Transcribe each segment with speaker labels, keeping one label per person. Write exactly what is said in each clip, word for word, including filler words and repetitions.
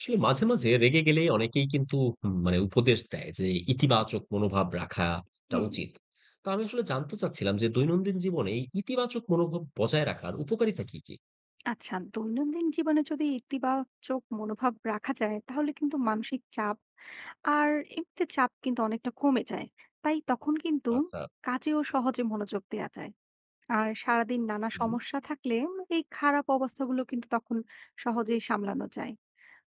Speaker 1: আসলে মাঝে, মাঝে রেগে গেলে অনেকেই কিন্তু উম মানে উপদেশ দেয় যে ইতিবাচক মনোভাব রাখাটা
Speaker 2: হুম।
Speaker 1: উচিত। তো আমি আসলে জানতে চাচ্ছিলাম যে দৈনন্দিন জীবনে এই ইতিবাচক মনোভাব বজায় রাখার উপকারিতা কি, কি?
Speaker 2: আচ্ছা, দৈনন্দিন জীবনে যদি ইতিবাচক মনোভাব রাখা যায় তাহলে কিন্তু মানসিক চাপ আর এমনিতে চাপ কিন্তু অনেকটা কমে যায়। তাই তখন কিন্তু
Speaker 1: আচ্ছা।
Speaker 2: কাজেও সহজে মনোযোগ দেওয়া যায়। আর সারাদিন নানা
Speaker 1: হুম।
Speaker 2: সমস্যা থাকলে এই খারাপ অবস্থাগুলো কিন্তু তখন সহজেই সামলানো যায়।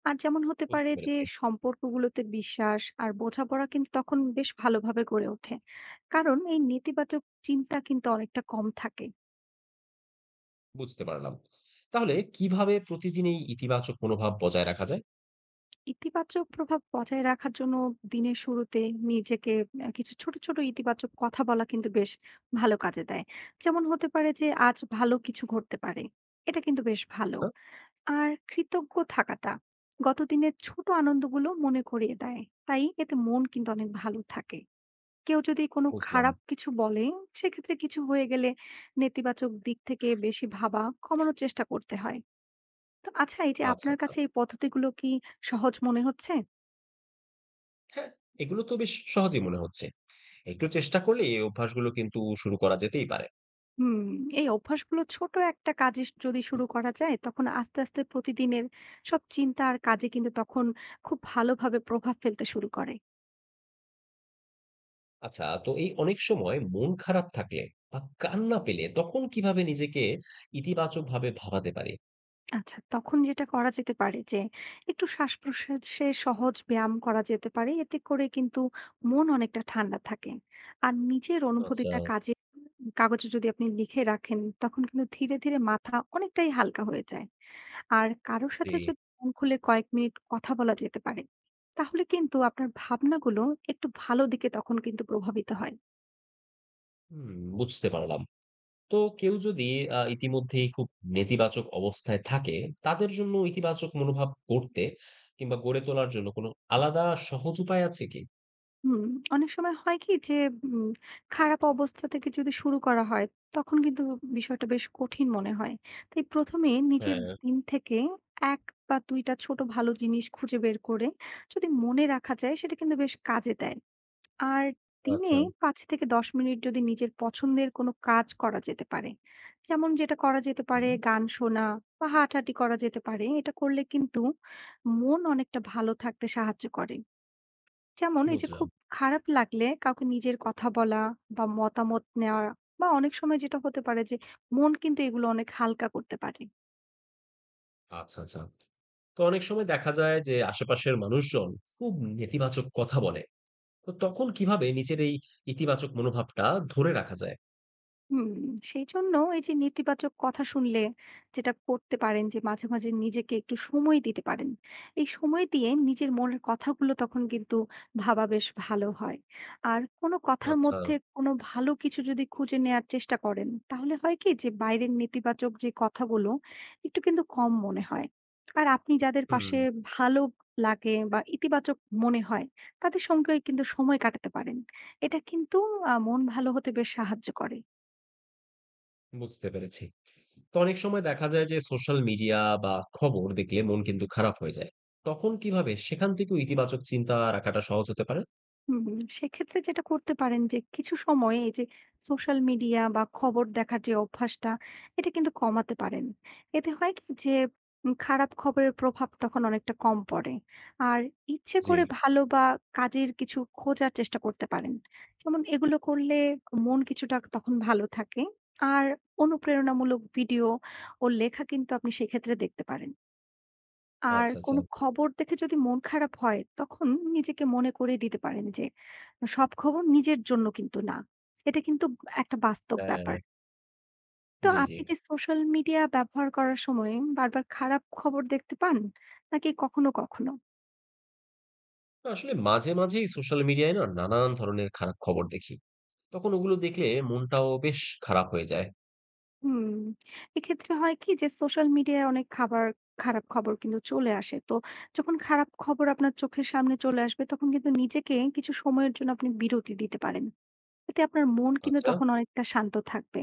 Speaker 2: আর যেমন হতে
Speaker 1: বুঝতে
Speaker 2: পারে যে
Speaker 1: পেরেছি।
Speaker 2: সম্পর্কগুলোতে বিশ্বাস আর বোঝাপড়া কিন্তু তখন বেশ ভালোভাবে গড়ে ওঠে, কারণ এই নেতিবাচক চিন্তা কিন্তু অনেকটা কম থাকে।
Speaker 1: বুঝতে পারলাম। তাহলে কিভাবে প্রতিদিন এই ইতিবাচক মনোভাব বজায় রাখা যায়?
Speaker 2: ইতিবাচক প্রভাব বজায় রাখার জন্য দিনের শুরুতে নিজেকে আহ, কিছু ছোট ছোট ইতিবাচক কথা বলা কিন্তু বেশ ভালো কাজে দেয়। যেমন হতে পারে যে আজ ভালো কিছু ঘটতে পারে, এটা কিন্তু বেশ ভালো।
Speaker 1: আচ্ছা।
Speaker 2: আর কৃতজ্ঞ থাকাটা গতদিনের ছোট আনন্দগুলো মনে করিয়ে দেয়, তাই এতে মন কিন্তু অনেক ভালো থাকে। কেউ যদি কোনো
Speaker 1: বুঝলাম।
Speaker 2: খারাপ কিছু বলে সেক্ষেত্রে কিছু হয়ে গেলে নেতিবাচক দিক থেকে বেশি ভাবা কমানোর চেষ্টা করতে হয়। তো আচ্ছা, এই যে
Speaker 1: আচ্ছা,
Speaker 2: আপনার
Speaker 1: আচ্ছা।
Speaker 2: কাছে এই পদ্ধতিগুলো কি সহজ মনে হচ্ছে?
Speaker 1: হ্যাঁ, এগুলো তো বেশ সহজেই মনে হচ্ছে। একটু চেষ্টা করলে এই অভ্যাসগুলো কিন্তু শুরু করা যেতেই পারে।
Speaker 2: হুম, এই অভ্যাসগুলো ছোট একটা কাজে যদি শুরু করা যায় তখন আস্তে আস্তে প্রতিদিনের সব চিন্তা আর কাজে কিন্তু তখন খুব ভালোভাবে প্রভাব ফেলতে শুরু করে।
Speaker 1: আচ্ছা, তো এই অনেক সময় মন খারাপ থাকলে বা কান্না পেলে তখন কিভাবে নিজেকে ইতিবাচকভাবে ভাবাতে পারি?
Speaker 2: আচ্ছা, তখন যেটা করা যেতে পারে যে একটু শ্বাসপ্রশ্বাসে সহজ ব্যায়াম করা যেতে পারে। এতে করে কিন্তু মন অনেকটা ঠান্ডা থাকে। আর নিজের
Speaker 1: আচ্ছা।
Speaker 2: অনুভূতিটা কাজে কাগজে যদি আপনি লিখে রাখেন তখন কিন্তু ধীরে ধীরে মাথা অনেকটাই হালকা হয়ে যায়। আর কারো
Speaker 1: জি।
Speaker 2: সাথে যদি মন খুলে কয়েক মিনিট কথা বলা যেতে পারে তাহলে কিন্তু আপনার ভাবনাগুলো একটু ভালো দিকে তখন কিন্তু প্রভাবিত হয়।
Speaker 1: হুম, বুঝতে পারলাম। তো কেউ যদি আ ইতিমধ্যেই খুব নেতিবাচক অবস্থায় থাকে, তাদের জন্য ইতিবাচক মনোভাব গড়তে কিংবা গড়ে তোলার জন্য কোনো আলাদা সহজ উপায় আছে কি?
Speaker 2: হুম, অনেক সময় হয় কি যে উম, খারাপ অবস্থা থেকে যদি শুরু করা হয় তখন কিন্তু বিষয়টা বেশ কঠিন মনে হয়। তাই প্রথমে নিজের
Speaker 1: হ্যাঁ।
Speaker 2: দিন থেকে এক বা দুইটা ছোট ভালো জিনিস খুঁজে বের করে যদি মনে রাখা যায় সেটা কিন্তু বেশ কাজে দেয়। আর দিনে
Speaker 1: আচ্ছা।
Speaker 2: পাঁচ থেকে দশ মিনিট যদি নিজের পছন্দের কোনো কাজ করা যেতে পারে। যেমন যেটা করা যেতে পারে
Speaker 1: হুম,
Speaker 2: গান শোনা বা হাঁটাহাঁটি করা যেতে পারে। এটা করলে কিন্তু মন অনেকটা ভালো থাকতে সাহায্য করে। যেমন এই যে খুব
Speaker 1: বুঝলাম।
Speaker 2: খারাপ লাগলে কাউকে নিজের কথা বলা বা মতামত নেওয়া বা অনেক সময় যেটা হতে পারে যে মন কিন্তু এগুলো অনেক হালকা করতে পারে।
Speaker 1: আচ্ছা, আচ্ছা। তো অনেক সময় দেখা যায় যে আশেপাশের মানুষজন খুব নেতিবাচক কথা বলে। তো তখন কিভাবে নিজের এই ইতিবাচক মনোভাবটা ধরে রাখা যায়?
Speaker 2: হুম, সেই জন্য এই যে নেতিবাচক কথা শুনলে যেটা করতে পারেন যে মাঝে মাঝে নিজেকে একটু সময় দিতে পারেন। এই সময় দিয়ে নিজের মনের কথাগুলো তখন কিন্তু ভাবা বেশ ভালো হয়। আর কোনো কথার
Speaker 1: আচ্ছা।
Speaker 2: মধ্যে কোনো ভালো কিছু যদি খুঁজে নেয়ার চেষ্টা করেন, তাহলে হয় কি যে বাইরের নেতিবাচক যে কথাগুলো একটু কিন্তু কম মনে হয়। আর আপনি যাদের পাশে
Speaker 1: হুম,
Speaker 2: ভালো লাগে বা ইতিবাচক মনে হয় তাদের সঙ্গে কিন্তু সময় কাটাতে পারেন। এটা কিন্তু আ মন ভালো হতে বেশ সাহায্য করে।
Speaker 1: বুঝতে পেরেছি। তো অনেক সময় দেখা যায় যে সোশ্যাল মিডিয়া বা খবর দেখলে মন কিন্তু খারাপ হয়ে যায়। তখন কিভাবে সেখান থেকেও ইতিবাচক চিন্তা রাখাটা সহজ হতে পারে?
Speaker 2: হুম, হুম। সেক্ষেত্রে যেটা করতে পারেন যে কিছু সময়ে এই যে সোশ্যাল মিডিয়া বা খবর দেখার যে অভ্যাসটা এটা কিন্তু কমাতে পারেন। এতে হয় কি যে উম খারাপ খবরের প্রভাব তখন অনেকটা কম পড়ে। আর ইচ্ছে
Speaker 1: জি।
Speaker 2: করে ভালো বা কাজের কিছু খোঁজার চেষ্টা করতে পারেন। যেমন এগুলো করলে মন কিছুটা তখন ভালো থাকে। আর অনুপ্রেরণামূলক ভিডিও ও লেখা কিন্তু আপনি সেক্ষেত্রে দেখতে পারেন। আর
Speaker 1: আচ্ছা, আচ্ছা।
Speaker 2: কোনো খবর দেখে যদি মন খারাপ হয়, তখন নিজেকে মনে করিয়ে দিতে পারেন যে সব খবর নিজের জন্য কিন্তু না। এটা কিন্তু একটা বাস্তব
Speaker 1: হ্যাঁ,
Speaker 2: ব্যাপার। তো
Speaker 1: জি, জি।
Speaker 2: আপনি কি সোশ্যাল মিডিয়া ব্যবহার করার সময় বারবার খারাপ খবর দেখতে পান? নাকি কখনো কখনো?
Speaker 1: না আসলে মাঝে, মাঝেই সোশ্যাল মিডিয়ায় না নানান ধরনের খারাপ খবর দেখি। তখন ওগুলো দেখলে মনটাও বেশ খারাপ হয়ে যায়।
Speaker 2: হুম, এক্ষেত্রে হয় কি যে সোশ্যাল মিডিয়ায় অনেক খাবার খারাপ খবর কিন্তু চলে আসে। তো যখন খারাপ খবর আপনার চোখের সামনে চলে আসবে, তখন কিন্তু নিজেকে কিছু সময়ের জন্য আপনি বিরতি দিতে পারেন। এতে আপনার মন কিন্তু
Speaker 1: আচ্ছা।
Speaker 2: তখন অনেকটা শান্ত থাকবে।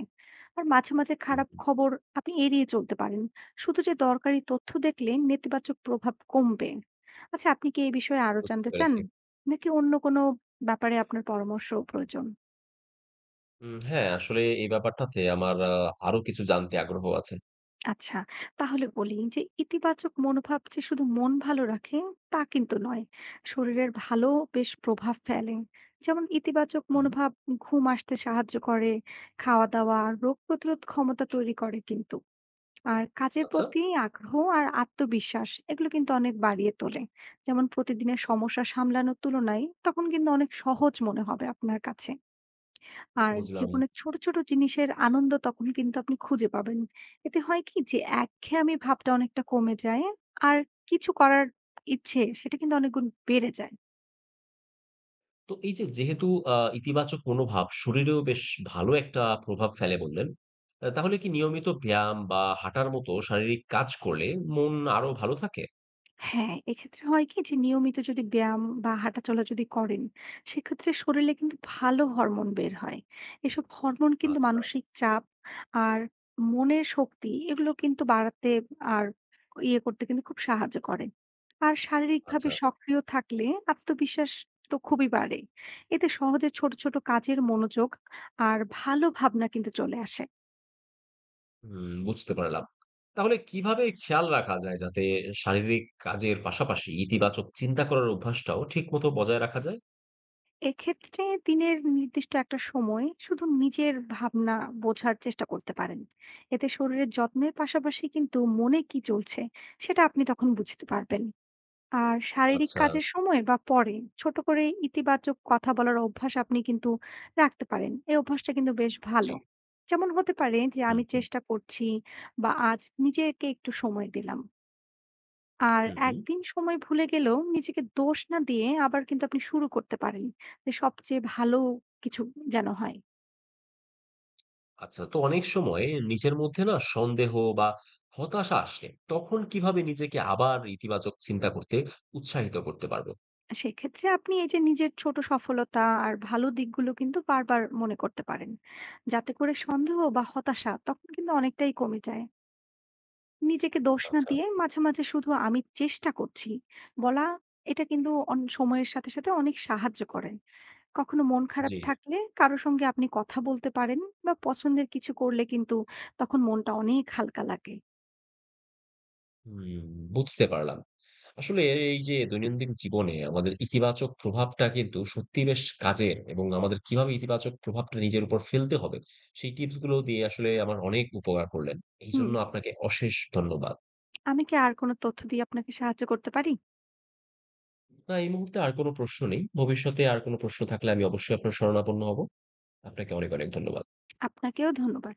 Speaker 2: আর মাঝে মাঝে খারাপ
Speaker 1: হুম,
Speaker 2: খবর আপনি এড়িয়ে চলতে পারেন। শুধু যে দরকারি তথ্য দেখলে নেতিবাচক প্রভাব কমবে। আচ্ছা, আপনি কি এই বিষয়ে আরো
Speaker 1: বুঝতে
Speaker 2: জানতে চান?
Speaker 1: পেরেছি।
Speaker 2: নাকি অন্য কোনো ব্যাপারে আপনার পরামর্শ প্রয়োজন?
Speaker 1: উম হ্যাঁ, আসলে এই ব্যাপারটাতে আমার আ আরো কিছু জানতে আগ্রহ আছে।
Speaker 2: আচ্ছা, তাহলে বলি যে ইতিবাচক মনোভাব যে শুধু মন ভালো রাখে তা কিন্তু নয়। শরীরের ভালো বেশ প্রভাব ফেলে। যেমন ইতিবাচক
Speaker 1: হুম।
Speaker 2: মনোভাব ঘুম আসতে সাহায্য করে, খাওয়া-দাওয়া, রোগ প্রতিরোধ ক্ষমতা তৈরি করে কিন্তু। আর কাজের
Speaker 1: আচ্ছা,
Speaker 2: প্রতি আগ্রহ আর আত্মবিশ্বাস এগুলো কিন্তু অনেক বাড়িয়ে তোলে। যেমন প্রতিদিনের সমস্যা সামলানোর তুলনায় তখন কিন্তু অনেক সহজ মনে হবে আপনার কাছে। আর
Speaker 1: বুঝলাম।
Speaker 2: জীবনের ছোট ছোট জিনিসের আনন্দ তখন কিন্তু আপনি খুঁজে পাবেন। এতে হয় কি যে একঘেয়েমি ভাবটা অনেকটা কমে যায়, আর কিছু করার ইচ্ছে সেটা কিন্তু অনেক গুণ বেড়ে যায়।
Speaker 1: তো এই যে যেহেতু আ ইতিবাচক মনোভাব শরীরেও বেশ ভালো একটা প্রভাব ফেলে বললেন। আ তাহলে কি নিয়মিত ব্যায়াম বা হাঁটার মতো শারীরিক কাজ করলে মন আরো ভালো থাকে?
Speaker 2: হ্যাঁ, এক্ষেত্রে হয় কি যে নিয়মিত যদি ব্যায়াম বা হাঁটাচলা যদি করেন, সেক্ষেত্রে শরীরে কিন্তু ভালো হরমোন বের হয়। এসব হরমোন কিন্তু
Speaker 1: আচ্ছা,
Speaker 2: মানসিক চাপ আর মনের শক্তি এগুলো কিন্তু বাড়াতে আর ইয়ে করতে কিন্তু খুব সাহায্য করে। আর শারীরিকভাবে
Speaker 1: আচ্ছা।
Speaker 2: সক্রিয় থাকলে আত্মবিশ্বাস তো খুবই বাড়ে। এতে সহজে ছোট ছোট কাজের মনোযোগ আর ভালো ভাবনা কিন্তু চলে আসে।
Speaker 1: হুম, বুঝতে পারলাম। তাহলে কিভাবে খেয়াল রাখা যায় যাতে শারীরিক কাজের পাশাপাশি ইতিবাচক চিন্তা করার অভ্যাসটাও ঠিকমতো বজায় রাখা যায়?
Speaker 2: এক্ষেত্রে দিনের নির্দিষ্ট একটা সময় শুধু নিজের ভাবনা বোঝার চেষ্টা করতে পারেন। এতে শরীরের যত্নের পাশাপাশি কিন্তু মনে কি চলছে সেটা আপনি তখন বুঝতে পারবেন। আর শারীরিক
Speaker 1: আচ্ছা।
Speaker 2: কাজের সময় বা পরে ছোট করে ইতিবাচক কথা বলার অভ্যাস আপনি কিন্তু রাখতে পারেন। এই অভ্যাসটা কিন্তু বেশ
Speaker 1: জি।
Speaker 2: ভালো। যেমন হতে পারে যে
Speaker 1: হুম,
Speaker 2: আমি
Speaker 1: হুম,
Speaker 2: চেষ্টা করছি বা আজ নিজেকে একটু সময় দিলাম। আর
Speaker 1: হুম, হুম।
Speaker 2: একদিন সময় ভুলে গেলেও নিজেকে দোষ না দিয়ে আবার কিন্তু আপনি শুরু করতে পারেন, যে সবচেয়ে ভালো কিছু যেন হয়।
Speaker 1: আচ্ছা, তো অনেক সময় নিজের মধ্যে না সন্দেহ বা হতাশা আসলে তখন কিভাবে নিজেকে আবার ইতিবাচক চিন্তা করতে উৎসাহিত করতে পারবো?
Speaker 2: সেক্ষেত্রে আপনি এই যে নিজের ছোট সফলতা আর ভালো দিকগুলো কিন্তু বারবার মনে করতে পারেন, যাতে করে সন্দেহ বা হতাশা তখন কিন্তু অনেকটাই কমে যায়। নিজেকে দোষ না
Speaker 1: আচ্ছা।
Speaker 2: দিয়ে মাঝে মাঝে শুধু আমি চেষ্টা করছি বলা, এটা কিন্তু অন- সময়ের সাথে সাথে অনেক সাহায্য করে। কখনো মন খারাপ
Speaker 1: জি।
Speaker 2: থাকলে কারো সঙ্গে আপনি কথা বলতে পারেন বা পছন্দের কিছু করলে কিন্তু তখন মনটা অনেক হালকা লাগে।
Speaker 1: হুম, বুঝতে পারলাম। আসলে এই যে দৈনন্দিন জীবনে আমাদের ইতিবাচক প্রভাবটা কিন্তু সত্যি বেশ কাজের, এবং আমাদের কিভাবে ইতিবাচক প্রভাবটা নিজের উপর ফেলতে হবে, সেই টিপস গুলো দিয়ে আসলে আমার অনেক উপকার করলেন। এই
Speaker 2: হুম,
Speaker 1: জন্য আপনাকে অশেষ ধন্যবাদ।
Speaker 2: আমি কি আর কোনো তথ্য দিয়ে আপনাকে সাহায্য করতে পারি?
Speaker 1: না, এই মুহূর্তে আর কোনো প্রশ্ন নেই। ভবিষ্যতে আর কোনো প্রশ্ন থাকলে আমি অবশ্যই আপনার শরণাপন্ন হব। আপনাকে অনেক অনেক ধন্যবাদ।
Speaker 2: আপনাকেও ধন্যবাদ।